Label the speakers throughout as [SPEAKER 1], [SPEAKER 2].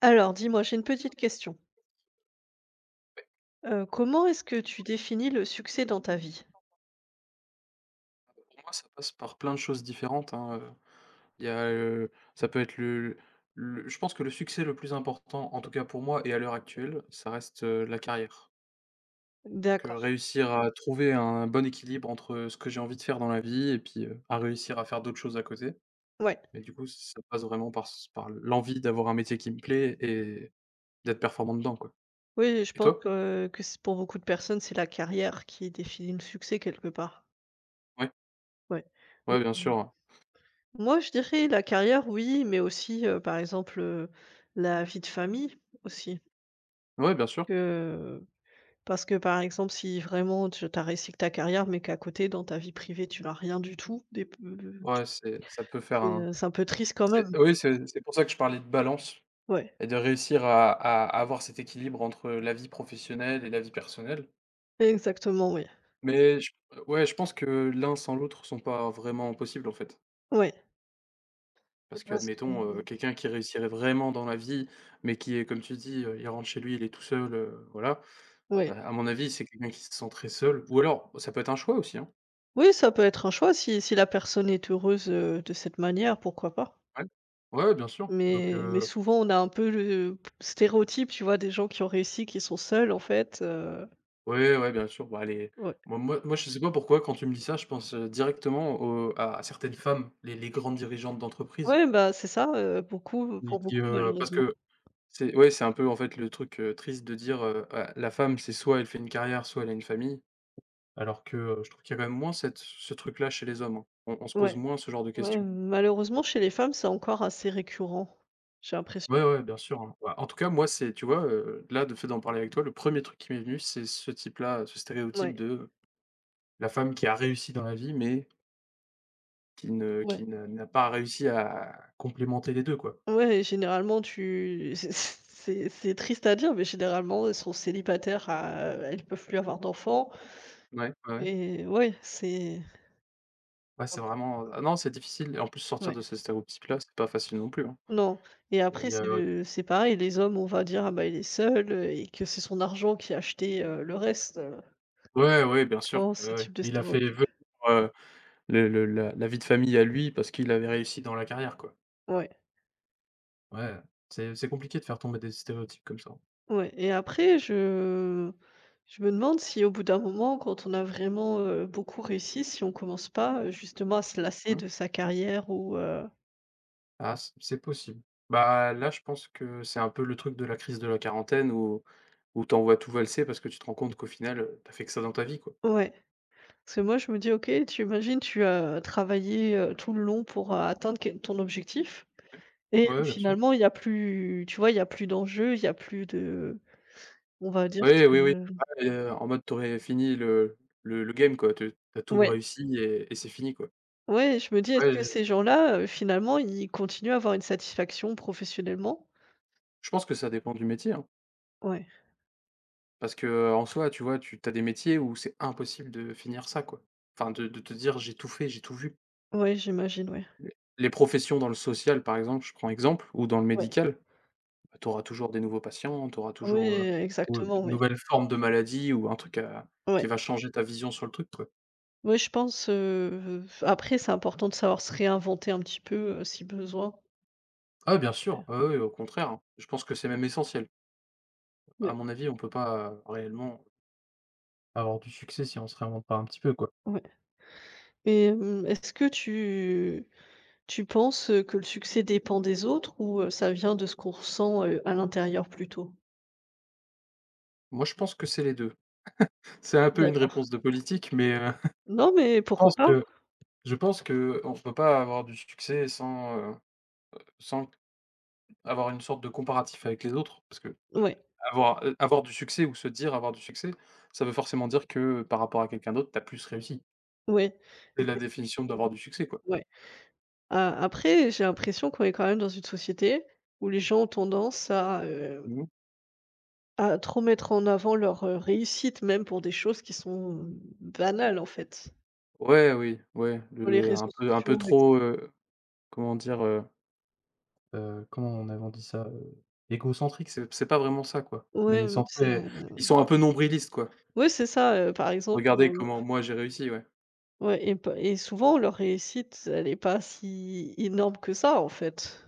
[SPEAKER 1] Alors, dis-moi, j'ai une petite question. Comment est-ce que tu définis le succès dans ta vie?
[SPEAKER 2] Ouais, pour moi, ça passe par plein de choses différentes, hein, il y a, ça peut être le je pense que le succès le plus important, en tout cas pour moi et à l'heure actuelle, ça reste, la carrière. Donc,
[SPEAKER 1] D'accord,
[SPEAKER 2] réussir à trouver un bon équilibre entre ce que j'ai envie de faire dans la vie et puis, à réussir à faire d'autres choses à côté.
[SPEAKER 1] ouais.
[SPEAKER 2] Mais du coup, ça passe vraiment par l'envie d'avoir un métier qui me plaît et d'être performant dedans, quoi.
[SPEAKER 1] Oui, je
[SPEAKER 2] Et
[SPEAKER 1] pense
[SPEAKER 2] toi?
[SPEAKER 1] que c'est pour beaucoup de personnes, c'est la carrière qui définit le succès quelque part.
[SPEAKER 2] Ouais,
[SPEAKER 1] Ouais.
[SPEAKER 2] ouais, bien
[SPEAKER 1] Mmh.
[SPEAKER 2] sûr, ouais.
[SPEAKER 1] Moi, je dirais la carrière, oui, mais aussi, par exemple, la vie de famille aussi.
[SPEAKER 2] Ouais, bien sûr.
[SPEAKER 1] Que parce que, par exemple, si vraiment tu as réussi que ta carrière, mais qu'à côté, dans ta vie privée, tu n'as rien du tout,
[SPEAKER 2] Ouais, c'est ça peut faire un
[SPEAKER 1] c'est, c'est un peu triste quand même.
[SPEAKER 2] c'est pour ça que je parlais de balance.
[SPEAKER 1] Ouais,
[SPEAKER 2] Et de réussir à avoir cet équilibre entre la vie professionnelle et la vie personnelle.
[SPEAKER 1] exactement, oui.
[SPEAKER 2] Mais je ouais, je pense que l'un sans l'autre sont pas vraiment possibles, en fait.
[SPEAKER 1] Ouais.
[SPEAKER 2] Parce
[SPEAKER 1] Parce que
[SPEAKER 2] qu'admettons,
[SPEAKER 1] mmh,
[SPEAKER 2] quelqu'un qui réussirait vraiment dans la vie, mais qui est, comme tu dis, il rentre chez lui, il est tout seul, voilà. Heu,
[SPEAKER 1] ouais.
[SPEAKER 2] à mon avis, c'est quelqu'un qui se sent très seul, ou alors ça peut être un choix aussi, hein.
[SPEAKER 1] Oui, ça peut être un choix si la personne est heureuse, de cette manière, pourquoi pas?
[SPEAKER 2] Ouais. Ouais, ouais, bien sûr.
[SPEAKER 1] Mais souvent, on a un peu le stéréotype, tu vois, des gens qui ont réussi, qui sont seuls, en fait,
[SPEAKER 2] Ouais, ouais, bien sûr. Bah, les
[SPEAKER 1] ouais.
[SPEAKER 2] moi moi moi, je sais pas pourquoi quand tu me dis ça, je pense, directement au à certaines femmes, les grandes dirigeantes d'entreprise.
[SPEAKER 1] Ouais, bah, c'est ça, beaucoup pour beaucoup,
[SPEAKER 2] Parce
[SPEAKER 1] malheureusement.
[SPEAKER 2] que c'est un peu, en fait, le truc, triste de dire, ah, la femme, c'est soit elle fait une carrière, soit elle a une famille, alors que, je trouve qu'il y a quand même moins cette, ce truc-là chez les hommes, hein. On se pose
[SPEAKER 1] Ouais,
[SPEAKER 2] moins ce genre de
[SPEAKER 1] ouais,
[SPEAKER 2] questions.
[SPEAKER 1] malheureusement, chez les femmes, c'est encore assez récurrent, j'ai l'impression.
[SPEAKER 2] Ouais, ouais, bien sûr, hein. Bah, en tout cas, moi, c'est, tu vois, là, de fait d'en parler avec toi, le premier truc qui m'est venu, c'est ce type-là, ce stéréotype
[SPEAKER 1] Ouais,
[SPEAKER 2] de, la femme qui a réussi dans la vie, mais qui ne qui
[SPEAKER 1] ouais,
[SPEAKER 2] ne n'a pas réussi à complémenter les deux, quoi.
[SPEAKER 1] ouais et généralement, tu c'est triste à dire, mais généralement, elles sont célibataires à elles peuvent plus avoir d'enfants.
[SPEAKER 2] Ouais, ouais, ouais.
[SPEAKER 1] Et ouais, c'est
[SPEAKER 2] Ouais, c'est vraiment, ah non, c'est difficile, et en plus sortir
[SPEAKER 1] ouais.
[SPEAKER 2] de ce stéréotype-là, c'est pas facile non plus, hein.
[SPEAKER 1] Non et
[SPEAKER 2] Il
[SPEAKER 1] après
[SPEAKER 2] y a il y a
[SPEAKER 1] c'est pareil, les hommes, on va dire: «Ah bah, il est seul» et que c'est son argent qui a acheté, le reste.
[SPEAKER 2] ouais, ouais, bien sûr,
[SPEAKER 1] Oh, ce
[SPEAKER 2] ouais, ouais.
[SPEAKER 1] type de
[SPEAKER 2] Il a fait vœu
[SPEAKER 1] stéréotype.
[SPEAKER 2] pour, le la vie de famille à lui parce qu'il avait réussi dans la carrière, quoi.
[SPEAKER 1] Ouais,
[SPEAKER 2] Ouais, c'est compliqué de faire tomber des stéréotypes comme ça.
[SPEAKER 1] ouais et après je me demande si au bout d'un moment, quand on a vraiment, beaucoup réussi, si on commence pas, justement à se lasser
[SPEAKER 2] Mmh.
[SPEAKER 1] de sa carrière ou
[SPEAKER 2] Ah, c'est possible. Bah, là, je pense que c'est un peu le truc de la crise de la quarantaine, où t'envoies tout valser parce que tu te rends compte qu'au final, tu fait que ça dans ta vie, quoi.
[SPEAKER 1] ouais. Parce que moi je me dis: «OK, tu imagines, tu as travaillé, tout le long pour, atteindre quel ton objectif». Et
[SPEAKER 2] Ouais, ouais, bien sûr.
[SPEAKER 1] finalement, il y a plus tu vois, il y a plus d'enjeu, il y a plus de on va dire
[SPEAKER 2] Oui,
[SPEAKER 1] que
[SPEAKER 2] oui, oui. Ouais, en mode t'aurais fini le game, quoi. Tu tout
[SPEAKER 1] ouais,
[SPEAKER 2] réussi, et c'est fini, quoi.
[SPEAKER 1] ouais, je me dis: «Est-ce que
[SPEAKER 2] Ouais,
[SPEAKER 1] ces gens-là, finalement, ils continuent à avoir une satisfaction professionnellement?»
[SPEAKER 2] je pense que ça dépend du métier, hein.
[SPEAKER 1] Ouais,
[SPEAKER 2] Parce que en soi, tu vois, tu as des métiers où c'est impossible de finir ça, quoi. Enfin, de te dire: «J'ai tout fait, j'ai tout vu».
[SPEAKER 1] ouais, j'imagine, ouais,
[SPEAKER 2] Les les professions dans le social, par exemple, je prends exemple, ou dans le
[SPEAKER 1] ouais,
[SPEAKER 2] médical, bah, tu auras toujours des nouveaux patients, tu auras toujours,
[SPEAKER 1] ouais,
[SPEAKER 2] Oui, oui.
[SPEAKER 1] exactement,
[SPEAKER 2] une
[SPEAKER 1] ouais,
[SPEAKER 2] nouvelle forme de maladie ou un truc à
[SPEAKER 1] ouais.
[SPEAKER 2] qui va changer ta vision sur le truc, quoi.
[SPEAKER 1] Ouais, je pense, après, c'est important de savoir se réinventer un petit peu, si besoin.
[SPEAKER 2] Ah bien sûr, ah oui, au contraire, hein. Je pense que c'est même essentiel. À
[SPEAKER 1] Ouais,
[SPEAKER 2] mon avis, on peut pas, réellement avoir du succès si on se réinvente pas un petit peu, quoi.
[SPEAKER 1] ouais et est-ce que tu penses, que le succès dépend des autres ou ça vient de ce qu'on ressent, à l'intérieur plutôt?
[SPEAKER 2] Moi, je pense que c'est les 2. C'est un peu une
[SPEAKER 1] D'accord.
[SPEAKER 2] réponse de politique, mais,
[SPEAKER 1] Non, mais
[SPEAKER 2] je
[SPEAKER 1] pourquoi
[SPEAKER 2] pense
[SPEAKER 1] pas?
[SPEAKER 2] que je pense que on peut pas avoir du succès sans, sans avoir une sorte de comparatif avec les autres.
[SPEAKER 1] Ouais,
[SPEAKER 2] Avoir du succès, ou se dire avoir du succès, ça veut forcément dire que par rapport à quelqu'un d'autre, tu as plus réussi.
[SPEAKER 1] ouais,
[SPEAKER 2] C'est la définition d'avoir du succès, quoi.
[SPEAKER 1] ouais. A Après, j'ai l'impression qu'on est quand même dans une société où les gens ont tendance à,
[SPEAKER 2] Mmh mh.
[SPEAKER 1] trop mettre en avant leur, réussite, même pour des choses qui sont banales, en fait,
[SPEAKER 2] Ouais, oui, ouais,
[SPEAKER 1] sur les
[SPEAKER 2] le un
[SPEAKER 1] réseaux
[SPEAKER 2] peu, un peu
[SPEAKER 1] sociaux et
[SPEAKER 2] trop,
[SPEAKER 1] cetera.
[SPEAKER 2] comment dire? Comment on avait on dit ça? Égocentrique, c'est pas vraiment ça, quoi.
[SPEAKER 1] Ouais,
[SPEAKER 2] Mais
[SPEAKER 1] mmh, c'est
[SPEAKER 2] centré ils sont un peu nombrilistes, quoi.
[SPEAKER 1] ouais, c'est ça, par exemple,
[SPEAKER 2] «Regardez comment moi j'ai réussi», ouais.
[SPEAKER 1] ouais et p et souvent leur réussite, elle est pas si énorme que ça, en fait.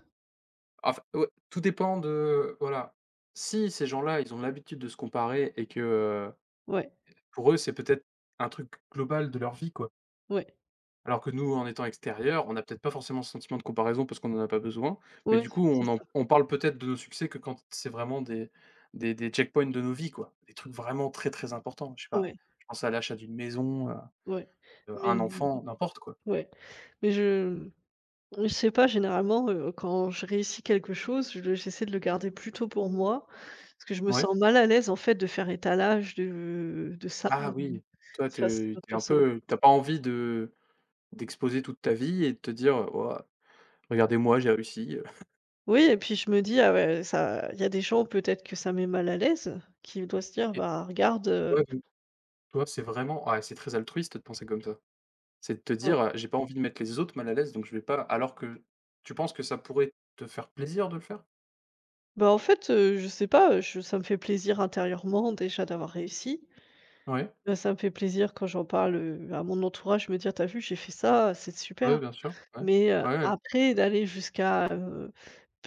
[SPEAKER 2] Enf ouais, tout dépend de voilà. Si ces gens-là, ils ont l'habitude de se comparer, et que,
[SPEAKER 1] Ouais,
[SPEAKER 2] pour eux, c'est peut-être un truc global de leur vie, quoi.
[SPEAKER 1] ouais,
[SPEAKER 2] Alors que nous, en étant extérieurs, on n'a peut-être pas forcément ce sentiment de comparaison parce qu'on n'en a pas besoin, mais
[SPEAKER 1] ouais,
[SPEAKER 2] du coup,
[SPEAKER 1] c'est ça.
[SPEAKER 2] on parle peut-être de nos succès que quand c'est vraiment des, des checkpoints de nos vies, quoi. Des trucs vraiment très, très importants. Je sais pas,
[SPEAKER 1] Ouais,
[SPEAKER 2] je pense à l'achat d'une maison, à
[SPEAKER 1] ouais, mais
[SPEAKER 2] un enfant, n'importe quoi.
[SPEAKER 1] ouais, mais je sais pas, généralement, quand je réussis quelque chose, je le j'essaie de le garder plutôt pour moi, parce que je me
[SPEAKER 2] Ouais.
[SPEAKER 1] sens mal à l'aise, en fait, de faire étalage de ça,
[SPEAKER 2] Ah oui, toi,
[SPEAKER 1] face à
[SPEAKER 2] t'es
[SPEAKER 1] d'autres
[SPEAKER 2] es un
[SPEAKER 1] personnes.
[SPEAKER 2] peu, t'as pas envie de d'exposer toute ta vie et de te dire: oh, regardez-moi, j'ai réussi.
[SPEAKER 1] Oui et puis je me dis: «Ah ouais, ça il y a des gens, peut-être que ça met mal à l'aise, qui doivent se dire:
[SPEAKER 2] Et
[SPEAKER 1] "Bah, regarde"
[SPEAKER 2] toi donc, toi, c'est vraiment, ouais, c'est très altruiste de penser comme ça. C'est de te
[SPEAKER 1] ouais».
[SPEAKER 2] dire, «J'ai pas envie de mettre les autres mal à l'aise, donc je vais pas», alors que tu penses que ça pourrait te faire plaisir de le faire?
[SPEAKER 1] Bah, en fait, je sais pas, je ça me fait plaisir intérieurement, déjà, d'avoir réussi.
[SPEAKER 2] Ouais,
[SPEAKER 1] Bah, ça me fait plaisir quand j'en parle, à mon entourage, me dire: t'as vu, j'ai fait ça, c'est
[SPEAKER 2] ouais,
[SPEAKER 1] super».
[SPEAKER 2] bien sûr, ouais.
[SPEAKER 1] Mais
[SPEAKER 2] Ouais, ouais,
[SPEAKER 1] après d'aller jusqu'à,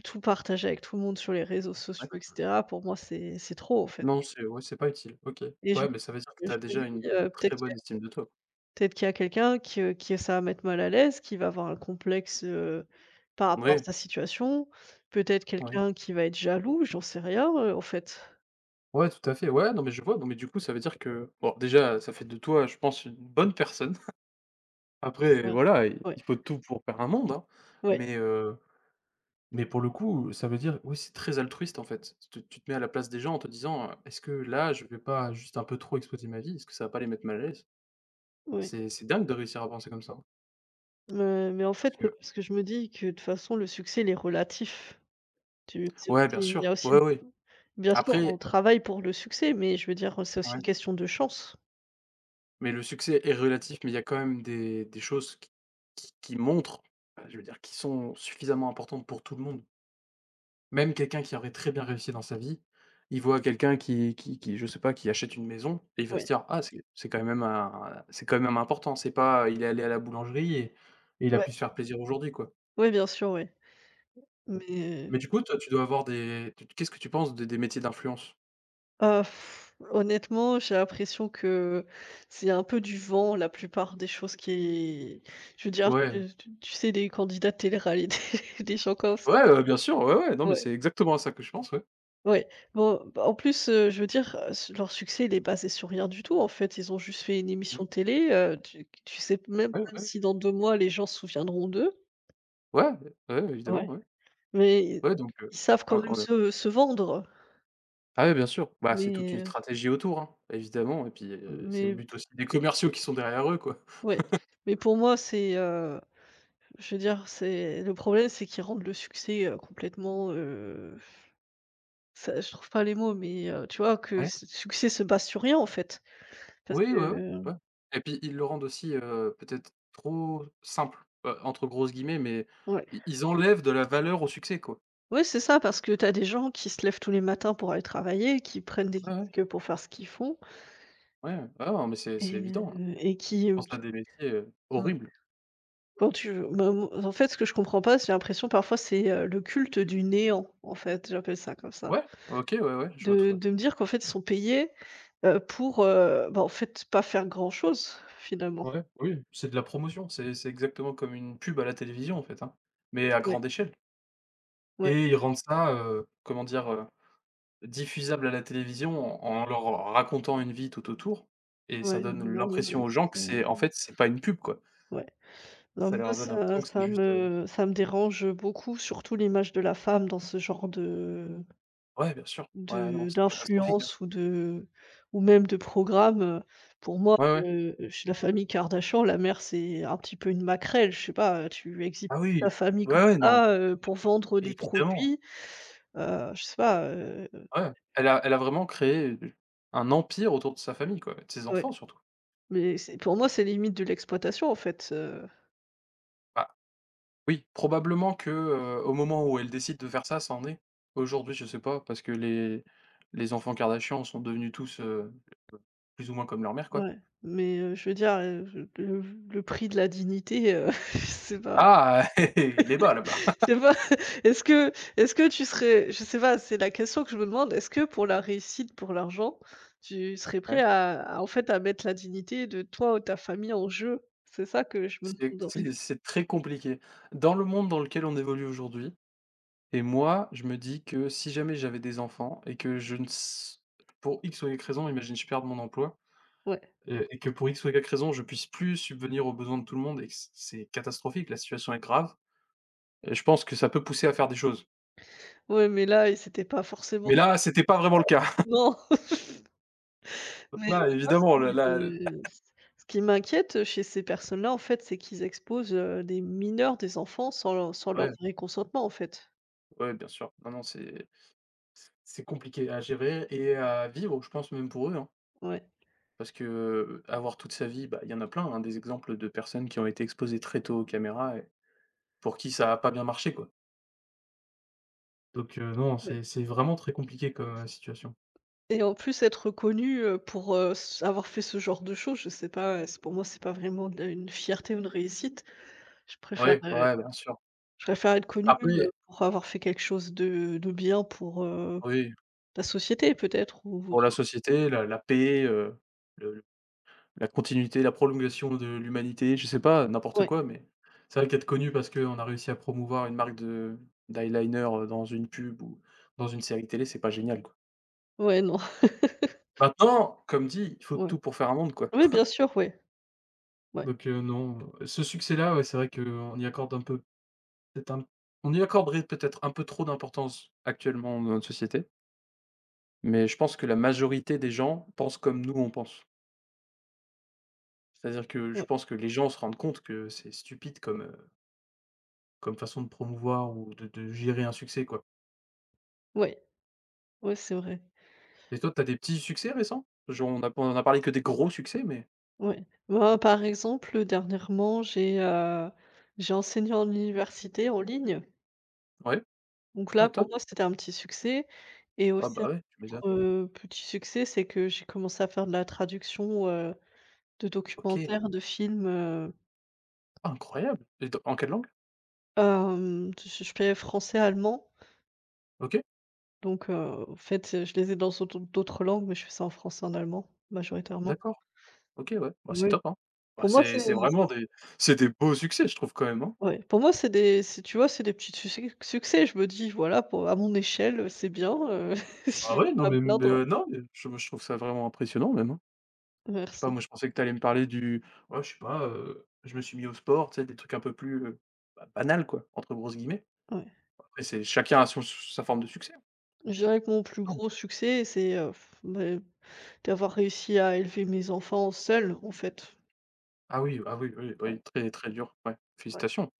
[SPEAKER 1] tout partager avec tout le monde sur les réseaux
[SPEAKER 2] ouais.
[SPEAKER 1] sociaux et cetera, pour moi, c'est trop, en fait
[SPEAKER 2] Non, c'est, ouais, c'est pas utile, OK.
[SPEAKER 1] et je
[SPEAKER 2] Ouais, mais ça veut dire que tu
[SPEAKER 1] je
[SPEAKER 2] as
[SPEAKER 1] me
[SPEAKER 2] déjà
[SPEAKER 1] dis,
[SPEAKER 2] une très bonne estime de toi.
[SPEAKER 1] peut-être qu'il y a quelqu'un qui ça va mettre mal à l'aise, qui va avoir un complexe, par rapport à
[SPEAKER 2] Oui,
[SPEAKER 1] sa situation, peut-être
[SPEAKER 2] oui.
[SPEAKER 1] quelqu'un qui va être jaloux, j'en sais rien, en fait.
[SPEAKER 2] Ouais, tout à fait. Ouais, non, mais je vois, non, mais du coup, ça veut dire que bon, déjà, ça fait de toi, je pense, une bonne personne. Après,
[SPEAKER 1] Ouais,
[SPEAKER 2] voilà, il
[SPEAKER 1] ouais,
[SPEAKER 2] il faut tout pour faire un monde, hein,
[SPEAKER 1] ouais,
[SPEAKER 2] mais heu mais pour le coup, ça veut dire oui, c'est très altruiste en fait. Tu te mets à la place des gens en te disant, «Est-ce que là, je vais pas juste un peu trop exploiter ma vie? Est-ce que ça va pas les mettre mal à l'aise?»
[SPEAKER 1] ouais.
[SPEAKER 2] C'est dingue de réussir à penser comme ça, hein,
[SPEAKER 1] Me mais en
[SPEAKER 2] parce
[SPEAKER 1] fait, c'est
[SPEAKER 2] que
[SPEAKER 1] parce que je me dis que, de toute façon, le succès, il est relatif. Tu c'est aussi
[SPEAKER 2] ouais, bien
[SPEAKER 1] il y
[SPEAKER 2] sûr,
[SPEAKER 1] a aussi
[SPEAKER 2] ouais, ouais.
[SPEAKER 1] bien sûr, on
[SPEAKER 2] Après
[SPEAKER 1] travaille pour le succès, mais je veux dire, c'est aussi
[SPEAKER 2] ouais,
[SPEAKER 1] une question de chance.
[SPEAKER 2] mais le succès est relatif, mais il y a quand même des choses qui qui montrent, bah, je veux dire, qui sont suffisamment importantes pour tout le monde. Même quelqu'un qui aurait très bien réussi dans sa vie, il voit quelqu'un qui je sais pas, qui achète une maison, et il va se
[SPEAKER 1] Ouais,
[SPEAKER 2] dire: «Ah, c'est quand même un, c'est quand même important, c'est pas il est allé à la boulangerie et il a pu
[SPEAKER 1] ouais,
[SPEAKER 2] se faire plaisir aujourd'hui, quoi».
[SPEAKER 1] ouais, bien sûr, ouais.
[SPEAKER 2] Ouais.
[SPEAKER 1] Mais,
[SPEAKER 2] Mais du coup toi, tu dois avoir des, tu qu'est-ce que tu penses des métiers d'influence?
[SPEAKER 1] heu, honnêtement, j'ai l'impression que c'est un peu du vent, la plupart des choses qui je veux dire,
[SPEAKER 2] Ouais.
[SPEAKER 1] tu sais, les candidats de télé-réalité, les gens comme ç
[SPEAKER 2] Ouais, bien sûr, ouais, ouais, non, mais
[SPEAKER 1] ouais,
[SPEAKER 2] c'est exactement à ça que je pense, ouais.
[SPEAKER 1] ouais. Bon, bah, en plus, je veux dire, s leur succès, il est basé sur rien du tout, en fait. Ils ont juste fait une
[SPEAKER 2] Mmh.
[SPEAKER 1] émission de télé, tu sais même
[SPEAKER 2] Ouais,
[SPEAKER 1] pas
[SPEAKER 2] ouais.
[SPEAKER 1] si dans 2 mois, les gens se souviendront d'eux.
[SPEAKER 2] Ouais, ouais, évidemment,
[SPEAKER 1] Ouais.
[SPEAKER 2] ouais.
[SPEAKER 1] Mais
[SPEAKER 2] Ouais donc
[SPEAKER 1] ils savent quand même
[SPEAKER 2] on a
[SPEAKER 1] se vendre,
[SPEAKER 2] ah ouais, bien sûr, bah, c'est toute
[SPEAKER 1] mais,
[SPEAKER 2] une stratégie autour, hein, évidemment, et puis, c'est le
[SPEAKER 1] mais
[SPEAKER 2] but aussi des commerciaux qui sont derrière eux, quoi.
[SPEAKER 1] ouais, mais pour moi, c'est, je veux dire, c'est le problème, c'est qu'ils rendent le succès, complètement, ça je trouve pas les mots, mais, tu vois que
[SPEAKER 2] Ouais.
[SPEAKER 1] ce succès se base sur rien, en fait. Parce
[SPEAKER 2] Oui,
[SPEAKER 1] que,
[SPEAKER 2] ouais, ouais, ouais, et puis ils le rendent aussi, peut-être trop «simple», entre grosses guillemets, mais
[SPEAKER 1] ouais,
[SPEAKER 2] i ils enlèvent de la valeur au succès, quoi.
[SPEAKER 1] ouais, c'est ça, parce que t'as des gens qui se lèvent tous les matins pour aller travailler, qui prennent des
[SPEAKER 2] Ouais, ouais,
[SPEAKER 1] risques pour faire ce qu'ils font
[SPEAKER 2] ouais, ouais. Ah non, mais c'est
[SPEAKER 1] et
[SPEAKER 2] évident, hein.
[SPEAKER 1] heu,
[SPEAKER 2] Je
[SPEAKER 1] et qui,
[SPEAKER 2] pense à des métiers,
[SPEAKER 1] ouais.
[SPEAKER 2] horribles.
[SPEAKER 1] Quand tu me me en fait, ce que je comprends pas, j'ai l'impression parfois c'est, le culte du néant, en fait, j'appelle ça comme ça.
[SPEAKER 2] Ouais, OK, ouais, ouais, je vois tout
[SPEAKER 1] De
[SPEAKER 2] à
[SPEAKER 1] de me dire qu'en fait, ils sont payés, pour, bah, en fait, pas faire grand-chose, finalement.
[SPEAKER 2] ouais, oui, c'est de la promotion, c'est exactement comme une pub à la télévision, en fait, hein, mais à
[SPEAKER 1] Ouais,
[SPEAKER 2] grande échelle,
[SPEAKER 1] ouais,
[SPEAKER 2] et ils rendent ça, comment dire, diffusable à la télévision en en leur racontant une vie tout autour, et ça
[SPEAKER 1] ouais,
[SPEAKER 2] donne
[SPEAKER 1] non, non, ouais,
[SPEAKER 2] l'impression aux gens que
[SPEAKER 1] ça
[SPEAKER 2] c'est en fait, c'est pas une pub, quoi.
[SPEAKER 1] ouais. Non,
[SPEAKER 2] Ça
[SPEAKER 1] moi,
[SPEAKER 2] leur donne
[SPEAKER 1] ça
[SPEAKER 2] l'impression que c'est
[SPEAKER 1] ça
[SPEAKER 2] juste,
[SPEAKER 1] me ça me dérange beaucoup, surtout l'image de la femme dans ce genre de
[SPEAKER 2] ouais, bien sûr. Ouais, non, c'est catastrophique, hein.
[SPEAKER 1] D'influence ou de ou même de programme, pour moi,
[SPEAKER 2] Ouais, ouais.
[SPEAKER 1] chez la famille Kardashian, la mère, c'est un petit peu une maquerelle, je sais pas, tu exhibes
[SPEAKER 2] Ah
[SPEAKER 1] ta
[SPEAKER 2] oui.
[SPEAKER 1] famille comme
[SPEAKER 2] Ouais, ouais, non.
[SPEAKER 1] ça, pour vendre
[SPEAKER 2] É
[SPEAKER 1] des
[SPEAKER 2] évidemment.
[SPEAKER 1] produits, je sais pas,
[SPEAKER 2] Ouais. Elle a vraiment créé, un empire autour de sa famille, quoi, et de ses
[SPEAKER 1] ouais,
[SPEAKER 2] enfants surtout.
[SPEAKER 1] mais c'est pour moi, c'est limite de l'exploitation, en fait,
[SPEAKER 2] Bah, oui, probablement que, au moment où elle décide de faire ça, ça en est. Aujourd'hui, je sais pas, parce que les enfants Kardashian sont devenus tous, plus ou moins comme leur mère, quoi.
[SPEAKER 1] ouais, mais, je veux dire, le prix de la dignité, je sais pas.
[SPEAKER 2] Ah! Il est bas, là-bas.
[SPEAKER 1] C'est pas est-ce que est-ce que tu serais je sais pas, c'est la question que je me demande, est-ce que pour la réussite, pour l'argent, tu serais prêt
[SPEAKER 2] Ouais.
[SPEAKER 1] à en fait, à mettre la dignité de toi ou ta famille en jeu? C'est ça que je me
[SPEAKER 2] C'est
[SPEAKER 1] demande, en
[SPEAKER 2] c'est
[SPEAKER 1] fait.
[SPEAKER 2] c'est très compliqué. Dans le monde dans lequel on évolue aujourd'hui. Et moi, je me dis que si jamais j'avais des enfants et que je ne s pour X ou Y raison, imagine, je perds mon emploi,
[SPEAKER 1] Ouais.
[SPEAKER 2] et que pour X ou Y raison, je puisse plus subvenir aux besoins de tout le monde et que c'est catastrophique, la situation est grave, je pense que ça peut pousser à faire des choses.
[SPEAKER 1] Ouais, mais là, c'était pas forcément
[SPEAKER 2] Mais là, c'était pas vraiment le cas.
[SPEAKER 1] non,
[SPEAKER 2] Donc
[SPEAKER 1] mais
[SPEAKER 2] là,
[SPEAKER 1] moi
[SPEAKER 2] évidemment, là là
[SPEAKER 1] ce qui m'inquiète chez ces personnes-là, en fait, c'est qu'ils exposent, des mineurs, des enfants sans leur
[SPEAKER 2] ouais,
[SPEAKER 1] vrai consentement, en fait.
[SPEAKER 2] ouais, bien sûr. Non, non, c'est compliqué à gérer et à vivre, je pense même pour eux, hein.
[SPEAKER 1] Ouais,
[SPEAKER 2] Parce que, avoir toute sa vie, bah, il y en a plein, hein, des exemples de personnes qui ont été exposées très tôt aux caméras et pour qui ça a pas bien marché, quoi. Non,
[SPEAKER 1] ouais.
[SPEAKER 2] c'est vraiment très compliqué comme, situation.
[SPEAKER 1] Et en plus être connu, pour, s avoir fait ce genre de choses, je sais pas, c'est pour moi c'est pas vraiment de une fierté ou une réussite. Je préfère,
[SPEAKER 2] Oui,
[SPEAKER 1] heu,
[SPEAKER 2] ouais, bien sûr.
[SPEAKER 1] je préfère être connu
[SPEAKER 2] Après,
[SPEAKER 1] pour avoir fait quelque chose de bien pour,
[SPEAKER 2] oui,
[SPEAKER 1] la société peut-être ou
[SPEAKER 2] pour la société, la paix, le le- la continuité, la prolongation de l'humanité, je sais pas, n'importe
[SPEAKER 1] ouais,
[SPEAKER 2] quoi, mais c'est vrai qu'être connu parce qu'on a réussi à promouvoir une marque de d'eyeliner, dans une pub ou dans une série télé, c'est pas génial, quoi.
[SPEAKER 1] ouais, non,
[SPEAKER 2] Maintenant, comme dit, il faut
[SPEAKER 1] ouais.
[SPEAKER 2] tout pour faire un monde, quoi.
[SPEAKER 1] Oui, bien sûr, ouais, ouais,
[SPEAKER 2] Non, ce succès-là, ouais, c'est vrai qu'on y accorde un peu, peut-être un on y accorderait peut-être un peu trop d'importance actuellement dans notre société. Mais je pense que la majorité des gens pensent comme nous, on pense. C'est-à-dire que je
[SPEAKER 1] ouais,
[SPEAKER 2] pense que les gens se rendent compte que c'est stupide comme, comme façon de promouvoir ou de gérer un succès, quoi.
[SPEAKER 1] ouais, ouais, c'est vrai,
[SPEAKER 2] Et toi, t'as des petits succès récents? Genre on a parlé que des gros succès, mais
[SPEAKER 1] ouais. Moi, par exemple, dernièrement, j'ai enseigné en université en ligne,
[SPEAKER 2] ouais,
[SPEAKER 1] donc
[SPEAKER 2] ouais,
[SPEAKER 1] là, pour
[SPEAKER 2] top.
[SPEAKER 1] moi, c'était un petit succès et
[SPEAKER 2] Ah
[SPEAKER 1] aussi.
[SPEAKER 2] bah, ouais, tu m'étonnes.
[SPEAKER 1] Petit succès, c'est que j'ai commencé à faire de la traduction, de
[SPEAKER 2] OK,
[SPEAKER 1] documentaires, de films,
[SPEAKER 2] incroyable, et dans en quelle langue?
[SPEAKER 1] je fais français, allemand,
[SPEAKER 2] OK,
[SPEAKER 1] donc en fait, je les ai dans autre d'autres langues, mais je fais ça en français, et en allemand, majoritairement.
[SPEAKER 2] d'accord. OK, ouais, bah, c'est
[SPEAKER 1] Oui.
[SPEAKER 2] top, hein. Bah,
[SPEAKER 1] Pour moi,
[SPEAKER 2] c'est
[SPEAKER 1] c'est
[SPEAKER 2] c'est vraiment des, c'est des beaux succès, je trouve quand même, hein.
[SPEAKER 1] ouais, pour moi, c'est des c'est tu vois, c'est des petits succès. Je me dis: «Voilà, pour à mon échelle, c'est bien, je
[SPEAKER 2] Ah
[SPEAKER 1] vais
[SPEAKER 2] ouais, non,
[SPEAKER 1] pas me
[SPEAKER 2] mais,
[SPEAKER 1] plaindre».
[SPEAKER 2] non, mais je trouve ça vraiment impressionnant même, hein. Je sais pas,
[SPEAKER 1] Merci,
[SPEAKER 2] moi je pensais que tu allais me parler du ouais, je sais pas, je me suis mis au sport, tu sais? Des trucs un peu plus, bah, «banals» quoi, entre grosses guillemets.
[SPEAKER 1] ouais.
[SPEAKER 2] Après c'est chacun a son s sa forme de succès.
[SPEAKER 1] Je
[SPEAKER 2] Mais
[SPEAKER 1] dirais que mon plus
[SPEAKER 2] non,
[SPEAKER 1] gros succès, c'est, d'avoir réussi à élever mes enfants seul en fait.
[SPEAKER 2] ah oui, ah oui, oui,
[SPEAKER 1] Ouais,
[SPEAKER 2] oui, très, très dur, ouais.
[SPEAKER 1] ouais.
[SPEAKER 2] Félicitations,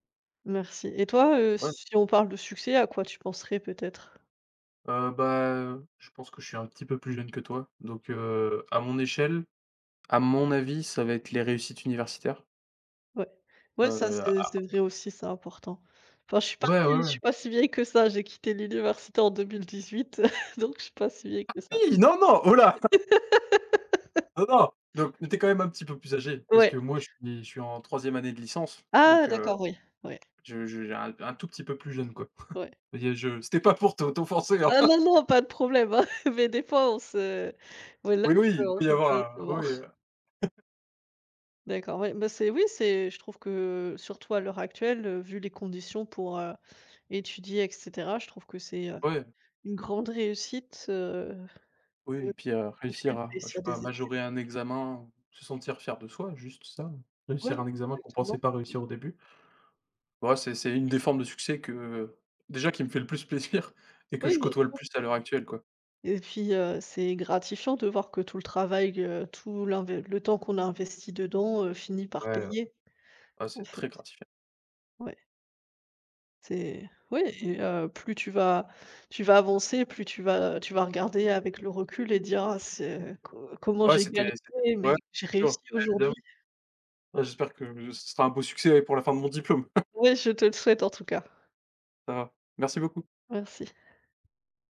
[SPEAKER 1] Merci. Et toi,
[SPEAKER 2] ouais.
[SPEAKER 1] si on parle de succès, à quoi tu penserais peut-être?
[SPEAKER 2] Je pense que je suis un petit peu plus jeune que toi, donc à mon échelle, à mon avis, ça va être les réussites universitaires.
[SPEAKER 1] Ouais. Ouais, ça,
[SPEAKER 2] Heu,
[SPEAKER 1] c'est
[SPEAKER 2] ah
[SPEAKER 1] c'est vrai aussi, c'est important. Enfin,
[SPEAKER 2] ouais, ouais,
[SPEAKER 1] je
[SPEAKER 2] ouais.
[SPEAKER 1] suis pas si vieille que ça, j'ai quitté l'université en 2018, donc je suis pas si vieille que ça.
[SPEAKER 2] Oui! Non, non! Oh là! Non, non! Donc mais tu es quand même un petit peu plus âgé, parce
[SPEAKER 1] Ouais.
[SPEAKER 2] que moi je suis en troisième année de licence, donc
[SPEAKER 1] Ah d'accord, oui. Ouais,
[SPEAKER 2] Je un tout petit peu plus jeune, quoi.
[SPEAKER 1] ouais.
[SPEAKER 2] Il je c'était pas pour t'offenser, hein.
[SPEAKER 1] Ah non, non, pas de problème, hein, mais des fois on se ouais, là,
[SPEAKER 2] Oui, oui,
[SPEAKER 1] je
[SPEAKER 2] il
[SPEAKER 1] on
[SPEAKER 2] peut y
[SPEAKER 1] peut pas
[SPEAKER 2] avoir, oui,
[SPEAKER 1] savoir. D'accord, ouais, bah, c'est oui, c'est je trouve que surtout à l'heure actuelle, vu les conditions pour, étudier et cetera, je trouve que c'est,
[SPEAKER 2] ouais,
[SPEAKER 1] une grande réussite,
[SPEAKER 2] oui,
[SPEAKER 1] pour
[SPEAKER 2] et
[SPEAKER 1] le
[SPEAKER 2] puis,
[SPEAKER 1] projet
[SPEAKER 2] réussir
[SPEAKER 1] de
[SPEAKER 2] à, je sais
[SPEAKER 1] réussir
[SPEAKER 2] pas,
[SPEAKER 1] des études.
[SPEAKER 2] majorer un examen, se sentir fier de soi, juste ça. Réussir
[SPEAKER 1] Oui,
[SPEAKER 2] un examen qu'on pensait
[SPEAKER 1] exactement.
[SPEAKER 2] pas réussir au début. Ouais, c'est une des formes de succès que déjà qui me fait le plus plaisir et que
[SPEAKER 1] Oui,
[SPEAKER 2] je
[SPEAKER 1] bien
[SPEAKER 2] côtoie le
[SPEAKER 1] sûr
[SPEAKER 2] plus à l'heure actuelle, quoi.
[SPEAKER 1] et puis, c'est gratifiant de voir que tout le travail, tout l'inve le temps qu'on a investi dedans, finit
[SPEAKER 2] Ouais,
[SPEAKER 1] par payer,
[SPEAKER 2] ah,
[SPEAKER 1] en
[SPEAKER 2] c'est
[SPEAKER 1] fait.
[SPEAKER 2] très gratifiant.
[SPEAKER 1] Ouais, c'est oui et plus tu vas avancer, plus tu vas regarder avec le recul et dire: «Ah c'est co comment
[SPEAKER 2] Ouais,
[SPEAKER 1] j'ai
[SPEAKER 2] c'était
[SPEAKER 1] galéré,
[SPEAKER 2] c'était ouais,
[SPEAKER 1] mais
[SPEAKER 2] bien
[SPEAKER 1] j'ai réussi
[SPEAKER 2] sûr, bah,
[SPEAKER 1] aujourd'hui».
[SPEAKER 2] évidemment. Ouais, j'espère que ce sera un beau succès pour la fin de mon diplôme.
[SPEAKER 1] Ouais, je te le souhaite en tout cas.
[SPEAKER 2] Ça va. Merci beaucoup.
[SPEAKER 1] Merci.